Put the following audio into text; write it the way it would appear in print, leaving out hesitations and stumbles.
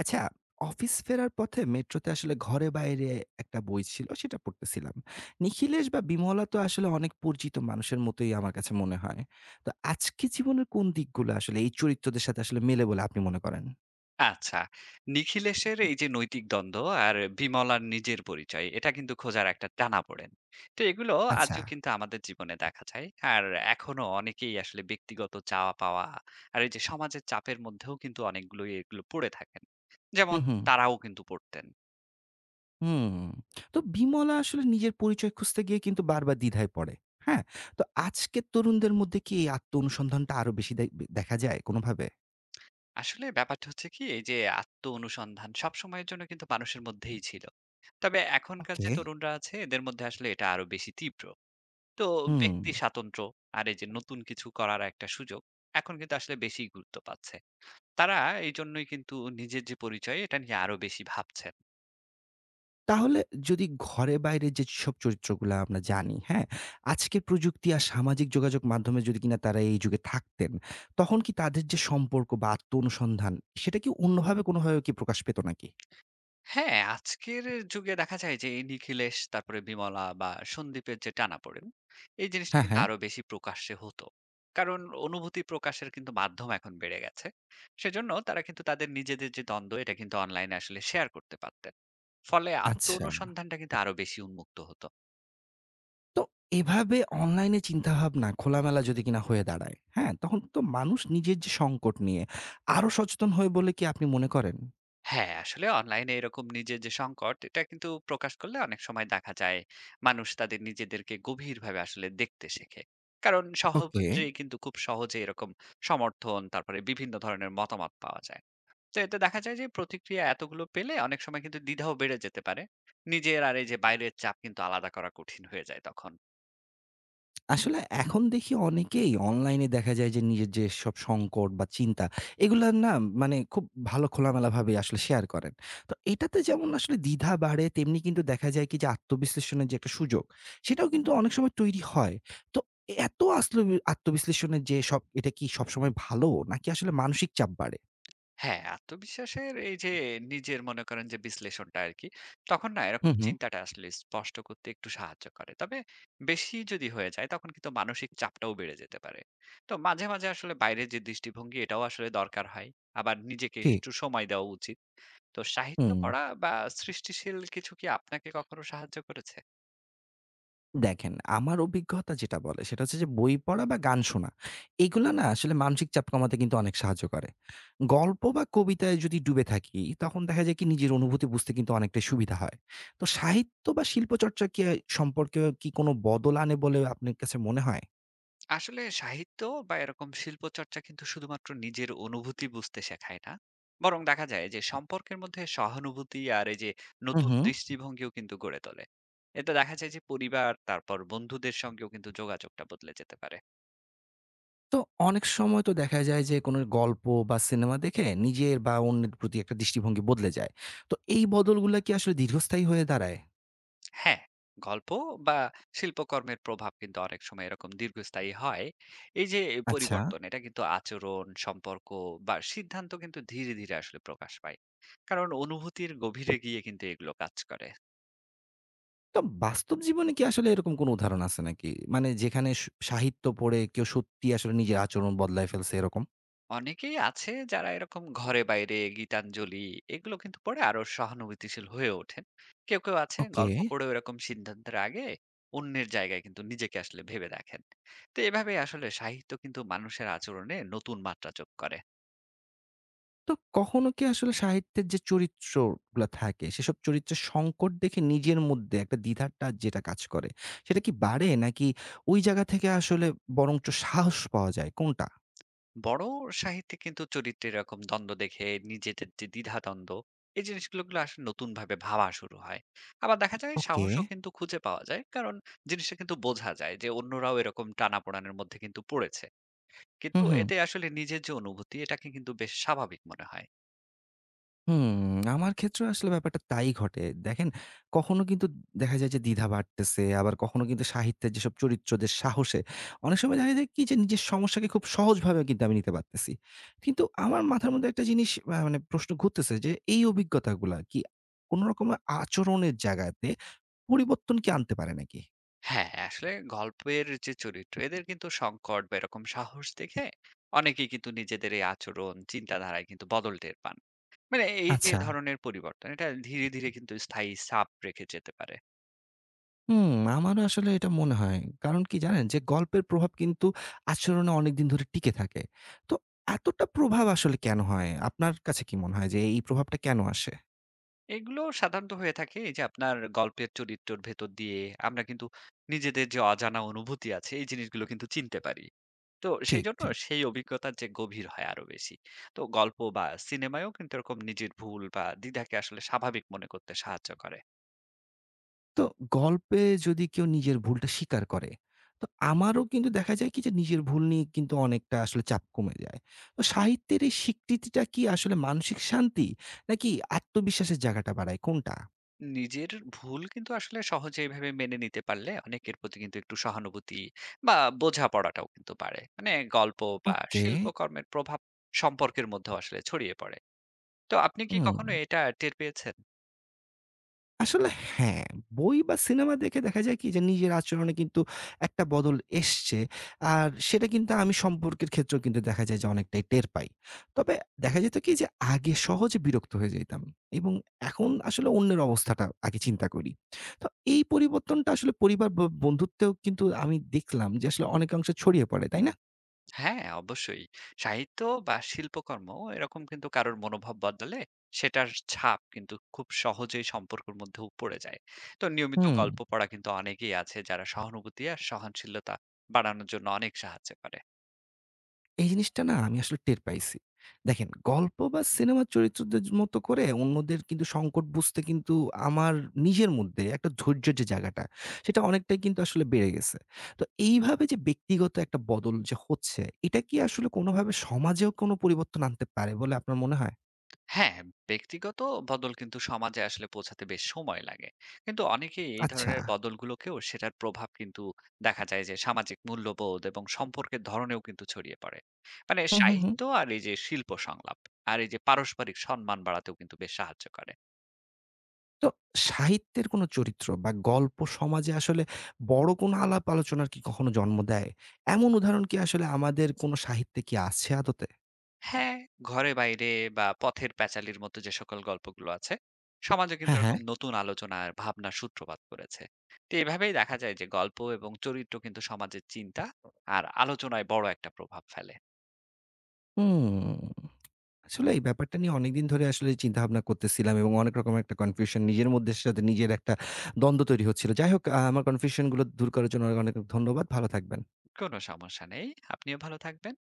আচ্ছা, অফিস ফেরার পথে মেট্রোতে আসলে ঘরে-বাইরে একটা বই ছিল, সেটা পড়তেছিলাম। নিখিলেশ বা বিমলা তো আসলে অনেক পরিচিত মানুষের মতোই আমার কাছে মনে হয়। তো আজকে জীবনের কোন দিকগুলো আসলে এই চরিত্রদের সাথে আসলে মেলে বলে আপনি মনে করেন? আচ্ছা। নিখিলেশের এই যে নৈতিক দ্বন্দ্ব আর বিমলার নিজের পরিচয়, এটা কিন্তু খোঁজার একটা টানাপোড়েন। তো এগুলো আচ্ছা। আজও কিন্তু আমাদের জীবনে দেখা যায়। আর এখনো অনেকেই আসলে ব্যক্তিগত চাওয়া-পাওয়া আর এই যে সমাজের চাপের মধ্যেও কিন্তু অনেকগুলোই এগুলো পড়ে থাকেন। যেমন হুম, হুম, তারাও কিন্তু পড়তেন। হুম। তো বিমলা আসলে নিজের পরিচয় খুঁজতে গিয়ে কিন্তু বারবার দ্বিধায় পড়ে। হ্যাঁ? তো আজকের তরুণদের মধ্যে কি এই আত্ম অনুসন্ধানটা আরো বেশি দেখা যায় কোনোভাবে? আসলে ব্যাপারটা হচ্ছে কি এই যে আত্ম-অনুসন্ধান সবসময়ের জন্য কিন্তু মানুষের মধ্যেই ছিল। তবে এখনকার ওকে। যে তরুণরা আছে এদের মধ্যে আসলে এটা আরো বেশি তীব্র। তো হুম। ব্যক্তি স্বাতন্ত্র্য আর এই যে নতুন কিছু করার একটা সুযোগ এখন কিন্তু আসলে বেশি গুরুত্ব পাচ্ছে। তারা এই জন্যই কিন্তু নিজের যে পরিচয় এটা নিয়ে আরো বেশি ভাবছেন। তাহলে যদি ঘরে বাইরে যেসব চরিত্রগুলা আমরা জানি, হ্যাঁ? আজকের প্রযুক্তি আর সামাজিক যোগাযোগ মাধ্যমে যদি কিনা তারা এই যুগে থাকতেন, তখন কি তাদের যে সম্পর্ক বা আত্ম অনুসন্ধান সেটা কি অন্যভাবে কোনোভাবে কি প্রকাশ পেত নাকি? হ্যাঁ, আজকের যুগে দেখা যায় যে এই নিখিলেশ তারপরে বিমলা বা সন্দীপের যে টানাপোড়েন এই জিনিসটা হ্যাঁ, কিন্তু হ্যাঁ। আরো বেশি প্রকাশ্যে হতো। কারণ অনুভূতি প্রকাশের কিন্তু মাধ্যম এখন বেড়ে গেছে। সেজন্য তারা কিন্তু তাদের নিজেদের যে দ্বন্দ্ব এটা কিন্তু অনলাইনে আসলে শেয়ার করতে পারতেন। ফলে আত্ম আচ্ছা। অনুসন্ধানটা কিন্তু আরো বেশি উন্মুক্ত হতো। তো এভাবে অনলাইনে চিন্তাভাবনা খোলামেলা যদি কিনা হয়ে দাঁড়ায়, হ্যাঁ? তখন তো মানুষ নিজের যে সংকট নিয়ে আরো সচেতন হয় বলে কি আপনি মনে করেন? হ্যাঁ, আসলে অনলাইনে এরকম নিজের যে সংকট, এটা কিন্তু প্রকাশ করলে অনেক সময় দেখা যায় মানুষ তাদের নিজেদেরকে গভীরভাবে আসলে দেখতে শেখে। কারণ ওকে। সহজেই কিন্তু খুব সহজে এরকম সমর্থন, তারপরে বিভিন্ন ধরনের মতামত পাওয়া যায়। তো এতে দেখা যায় যে প্রতিক্রিয়া এতগুলো পেলে অনেক সময় কিন্তু দ্বিধাও বেড়ে যেতে পারে। নিজের আর এই যে বাইরের চাপ কিন্তু আলাদা করা কঠিন হয়ে যায় তখন। আসলে এখন দেখি অনেকেই অনলাইনে দেখা যায় যে নিজের যে সব সংকট বা চিন্তা এগুলা না মানে খুব ভালো খোলামেলাভাবে আসলে শেয়ার করেন। তো এটাতে যেমন আসলে দ্বিধা বাড়ে তেমনি কিন্তু দেখা যায় কি যে আত্মবিশ্লেষণের যে একটা সুযোগ সেটাও কিন্তু অনেক সময় তৈরি হয়। তো এত আসলে আত্মবিশ্লেষণের যে সব এটা কি সবসময় ভালো নাকি আসলে মানসিক চাপ বাড়ে? হ্যাঁ, আত্মবিশ্বাসের এই যে নিজের মনে করেন যে বিশ্লেষণটা আরকি, তখন না হু, এরকম হু। চিন্তাটা আসলে স্পষ্ট করতে একটু সাহায্য করে। তবে বেশি যদি হয়ে যায় তখন কিন্তু মানসিক চাপটাও বেড়ে যেতে পারে। তো মাঝে মাঝে আসলে বাইরের যে দৃষ্টিভঙ্গি এটাও আসলে দরকার হয়। আবার নিজেকে ঠিক। একটু সময় দেওয়া উচিত। তো সাহিত্য হুম। পড়া বা সৃষ্টিশীল কিছু কি আপনাকে কখনো সাহায্য করেছে? দেখেন, আমার অভিজ্ঞতা যেটা বলে সেটা হচ্ছে যে বই পড়া বা গান শোনা। এগুলা না আসলে মানসিক চাপ কমাতে কিন্তু অনেক সাহায্য করে। গল্প বা কবিতায় যদি ডুবে থাকি তখন দেখা যায় কি নিজের অনুভূতি বুঝতে কিন্তু অনেকটাই সুবিধা হয়। তো সাহিত্য বা শিল্পচর্চা কি সম্পর্কেও কি কোনো বদল আনে বলে আপনার কাছে মনে হয়? আসলে সাহিত্য বা এরকম শিল্পচর্চা কিন্তু শুধুমাত্র নিজের অনুভূতি বুঝতে শেখায় না, বরং দেখা যায় যে সম্পর্কের মধ্যে সহানুভূতি আর এই যে হুম, নতুন হুম। দৃষ্টিভঙ্গিও কিন্তু গড়ে তোলে। এতে দেখা যায় যে পরিবার তারপর বন্ধুদের সঙ্গেও কিন্তু যোগাযোগটা বদলে যেতে পারে। তো অনেক সময় তো দেখা যায় যে কোনো গল্প বা সিনেমা দেখে নিজের বা অন্যের প্রতি একটা দৃষ্টিভঙ্গি বদলে যায়। তো এই বদলগুলা কি আসলে দীর্ঘস্থায়ী হয়ে দাঁড়ায়? হ্যাঁ, গল্প বা শিল্পকর্মের প্রভাব কিন্তু অনেক সময় এরকম দীর্ঘস্থায়ী হয়। এই যে আচ্ছা। পরিবর্তন এটা কিন্তু আচরণ, সম্পর্ক বা সিদ্ধান্ত কিন্তু ধীরে ধীরে আসলে প্রকাশ পায়। কারণ অনুভূতির গভীরে গিয়ে কিন্তু এগুলো কাজ করে। তো বাস্তব জীবনে কি আসলে এরকম কোনো উদাহরণ আছে নাকি? মানে যেখানে সাহিত্য পড়ে কেউ সত্যি আসলে নিজের আচরণ বদলায় ফেলছে এরকম? অনেকেই আছে যারা এরকম ঘরে বাইরে, গীতাঞ্জলি এগুলো কিন্তু পড়ে আরো সহানুভূতিশীল হয়ে ওঠেন। কেউ কেউ আছে ওকে। গল্প পড়ে এরকম সিদ্ধান্তের আগে অন্যের জায়গায় কিন্তু নিজেকে আসলে ভেবে দেখেন। তো এভাবে আসলে সাহিত্য কিন্তু মানুষের আচরণে নতুন মাত্রা যোগ করে। তো কখনো কি আসলে সাহিত্যের যে চরিত্রগুলা থাকে সেসব চরিত্রের সংকট দেখে নিজের মধ্যে একটা দ্বিধাটা যেটা কাজ করে সেটা কি বাড়ে নাকি ওই জায়গা থেকে আসলে বরঞ্চ সাহস পাওয়া যায় কোনটা? বড় সাহিত্যে কিন্তু চরিত্রে এরকম দ্বন্দ্ব দেখে নিজেদের যে দ্বিধাদ্বন্দ্ব এই জিনিসগুলো আসলে নতুন ভাবে ভাবা শুরু হয়। আবার দেখা যায় ওকে। সাহসও কিন্তু খুঁজে পাওয়া যায়, কারণ জিনিসটা কিন্তু বোঝা যায় যে অন্যরাও এরকম টানাপোড়েনের মধ্যে কিন্তু পড়েছে। কিন্তু হুম, হুম। এতে আসলে নিজের যে অনুভূতি এটাকে কিন্তু বেশ স্বাভাবিক মনে হয়। হুম, আমার ক্ষেত্রেও আসলে ব্যাপারটা তাই ঘটে। দেখেন কখনো কিন্তু দেখা যায় যে দ্বিধা বাড়তেছে, আবার কখনো কিন্তু সাহিত্যের যেসব চরিত্রদের সাহসে অনেক সময় দেখা যায় কি যে নিজের সমস্যাকে খুব সহজভাবে কিন্তু আমি নিতে পারতেছি। কিন্তু আমার মাথার মধ্যে একটা জিনিস মানে প্রশ্ন ঘুরতেছে যে এই অভিজ্ঞতাগুলা কি কোন রকমের আচরণের জায়গাতে পরিবর্তন কি আনতে পারে নাকি? হ্যাঁ, আসলে গল্পের যে চরিত্র এদের কিন্তু সংকট বা এরকম সাহস দেখে অনেকেই কিন্তু নিজেদের এই আচরণ, চিন্তাধারায় কিন্তু বদল টের পান। মানে এই যে আচ্ছা। ধরনের পরিবর্তন এটা ধীরে ধীরে কিন্তু স্থায়ী ছাপ রেখে যেতে পারে। হুম, আমারও আসলে এটা মনে হয়। কারণ কি জানেন? যে গল্পের প্রভাব কিন্তু আচরণে অনেকদিন ধরে টিকে থাকে। তো এতটা প্রভাব আসলে কেন হয়? আপনার কাছে কি মনে হয় যে এই প্রভাবটা কেন আসে? এগুলো সাধারণত হয়ে থাকে এই যে আপনার গল্পের চরিত্রের ভেতর দিয়ে আমরা কিন্তু নিজেদের যে অজানা অনুভূতি আছে এই জিনিসগুলো কিন্তু চিনতে পারি। তো সেই ঠিক, জন্য ঠিক। সেই অভিজ্ঞতার যে গভীর হয় আরো বেশি। তো গল্প বা সিনেমায়ও কিন্তু এরকম নিজের ভুল বা দ্বিধাকে আসলে স্বাভাবিক মনে করতে সাহায্য করে। তো গল্পে যদি কেউ নিজের ভুলটা স্বীকার করে, তো আমারও কিন্তু দেখা যায় কি যে নিজের ভুল নিয়ে কিন্তু অনেকটা আসলে চাপ কমে যায়। তো সাহিত্যের এই স্বীকৃতিটা কি আসলে মানসিক শান্তি নাকি আত্মবিশ্বাসের জায়গাটা বাড়ায়? কোনটা? নিজের ভুল কিন্তু আসলে সহজে এইভাবে মেনে নিতে পারলে অনেকের প্রতি কিন্তু একটু সহানুভূতি বা বোঝাপড়াটাও কিন্তু পারে। মানে গল্প বা ওকে। শিল্পকর্মের প্রভাব সম্পর্কের মধ্যে আসলে ছড়িয়ে পড়ে। তো আপনি কি হুম। কখনো এটা টের পেয়েছেন? আসলে হ্যাঁ, বই বা সিনেমা দেখে দেখা যায় কি যে নিজের আচরণে কিন্তু একটা বদল এসছে। আর সেটা কিন্তু আমি সম্পর্কের ক্ষেত্রেও কিন্তু দেখা যায় যে অনেকটাই টের পাই। তবে দেখা যেত কি যে আগে সহজে বিরক্ত হয়ে যাইতাম এবং এখন আসলে অন্যের অবস্থাটা আগে চিন্তা করি। তো এই পরিবর্তনটা আসলে পরিবার বন্ধুত্বেও কিন্তু আমি দেখলাম যে আসলে অনেকাংশে ছড়িয়ে পড়ে, তাই না? হ্যাঁ, অবশ্যই। সাহিত্য বা শিল্পকর্ম এরকম কিন্তু কারোর মনোভাব বদলালে সেটার ছাপ কিন্তু খুব সহজেই সম্পর্কের মধ্যেও পড়ে যায়। তো নিয়মিত হুম। গল্প পড়া কিন্তু অনেকেই আছে যারা সহানুভূতি আর সহনশীলতা বাড়ানোর জন্য অনেক সাহায্য করে। এই জিনিসটা না আমি আসলে টের পাইছি। দেখেন গল্প বা সিনেমার চরিত্রদের মতো করে অন্যদের কিন্তু সংকট বুঝতে কিন্তু আমার নিজের মধ্যে একটা ধৈর্যের যে জায়গাটা, সেটা অনেকটাই কিন্তু আসলে বেড়ে গেছে। তো এইভাবে যে ব্যক্তিগত একটা বদল যে হচ্ছে, এটা কি আসলে কোনোভাবে সমাজেও কোনো পরিবর্তন আনতে পারে বলে আপনার মনে হয়? হ্যাঁ, ব্যক্তিগত বদল কিন্তু সমাজে আসলে পৌঁছাতে বেশ সময় লাগে। কিন্তু অনেকেই এই আচ্ছা। ধরনের বদলগুলোকেও সেটার প্রভাব কিন্তু দেখা যায় যে সামাজিক মূল্যবোধ এবং সম্পর্কের ধরনেও কিন্তু ছড়িয়ে পড়ে। মানে হুম, হুম, হুম। সাহিত্য আর এই যে শিল্প সংলাপ আর এই যে পারস্পরিক সম্মান বাড়াতেও কিন্তু বেশ সাহায্য করে। তো সাহিত্যের কোনো চরিত্র বা গল্প সমাজে আসলে বড় কোনো আলাপ আলোচনার কি কখনো জন্ম দেয়? এমন উদাহরণ কি আসলে আমাদের কোনো সাহিত্যে কি আছে আদতে? হ্যাঁ, ঘরে বাইরে বা পথের প্যাচালির মতো যে সকল গল্পগুলো আছে, সমাজে কিন্তু হ্যাঁ, হ্যাঁ। এরকম নতুন আলোচনা আর ভাবনার সূত্রপাত করেছে। তো এভাবেই দেখা যায় যে গল্প এবং চরিত্র কিন্তু সমাজের চিন্তা আর আলোচনায় বড় একটা প্রভাব ফেলে। হুম, আসলে এই ব্যাপারটা নিয়ে অনেকদিন ধরে আসলে চিন্তাভাবনা করতেছিলাম এবং অনেক রকমের একটা কনফিউশন নিজের মধ্যে সাথে নিজের একটা দ্বন্দ্ব তৈরি হচ্ছিল। যাই হোক আমার কনফিউশন গুলো দূর করার জন্য অনেক, অনেক ধন্যবাদ। ভালো থাকবেন। কোনো সমস্যা নেই। আপনিও ভালো থাকবেন।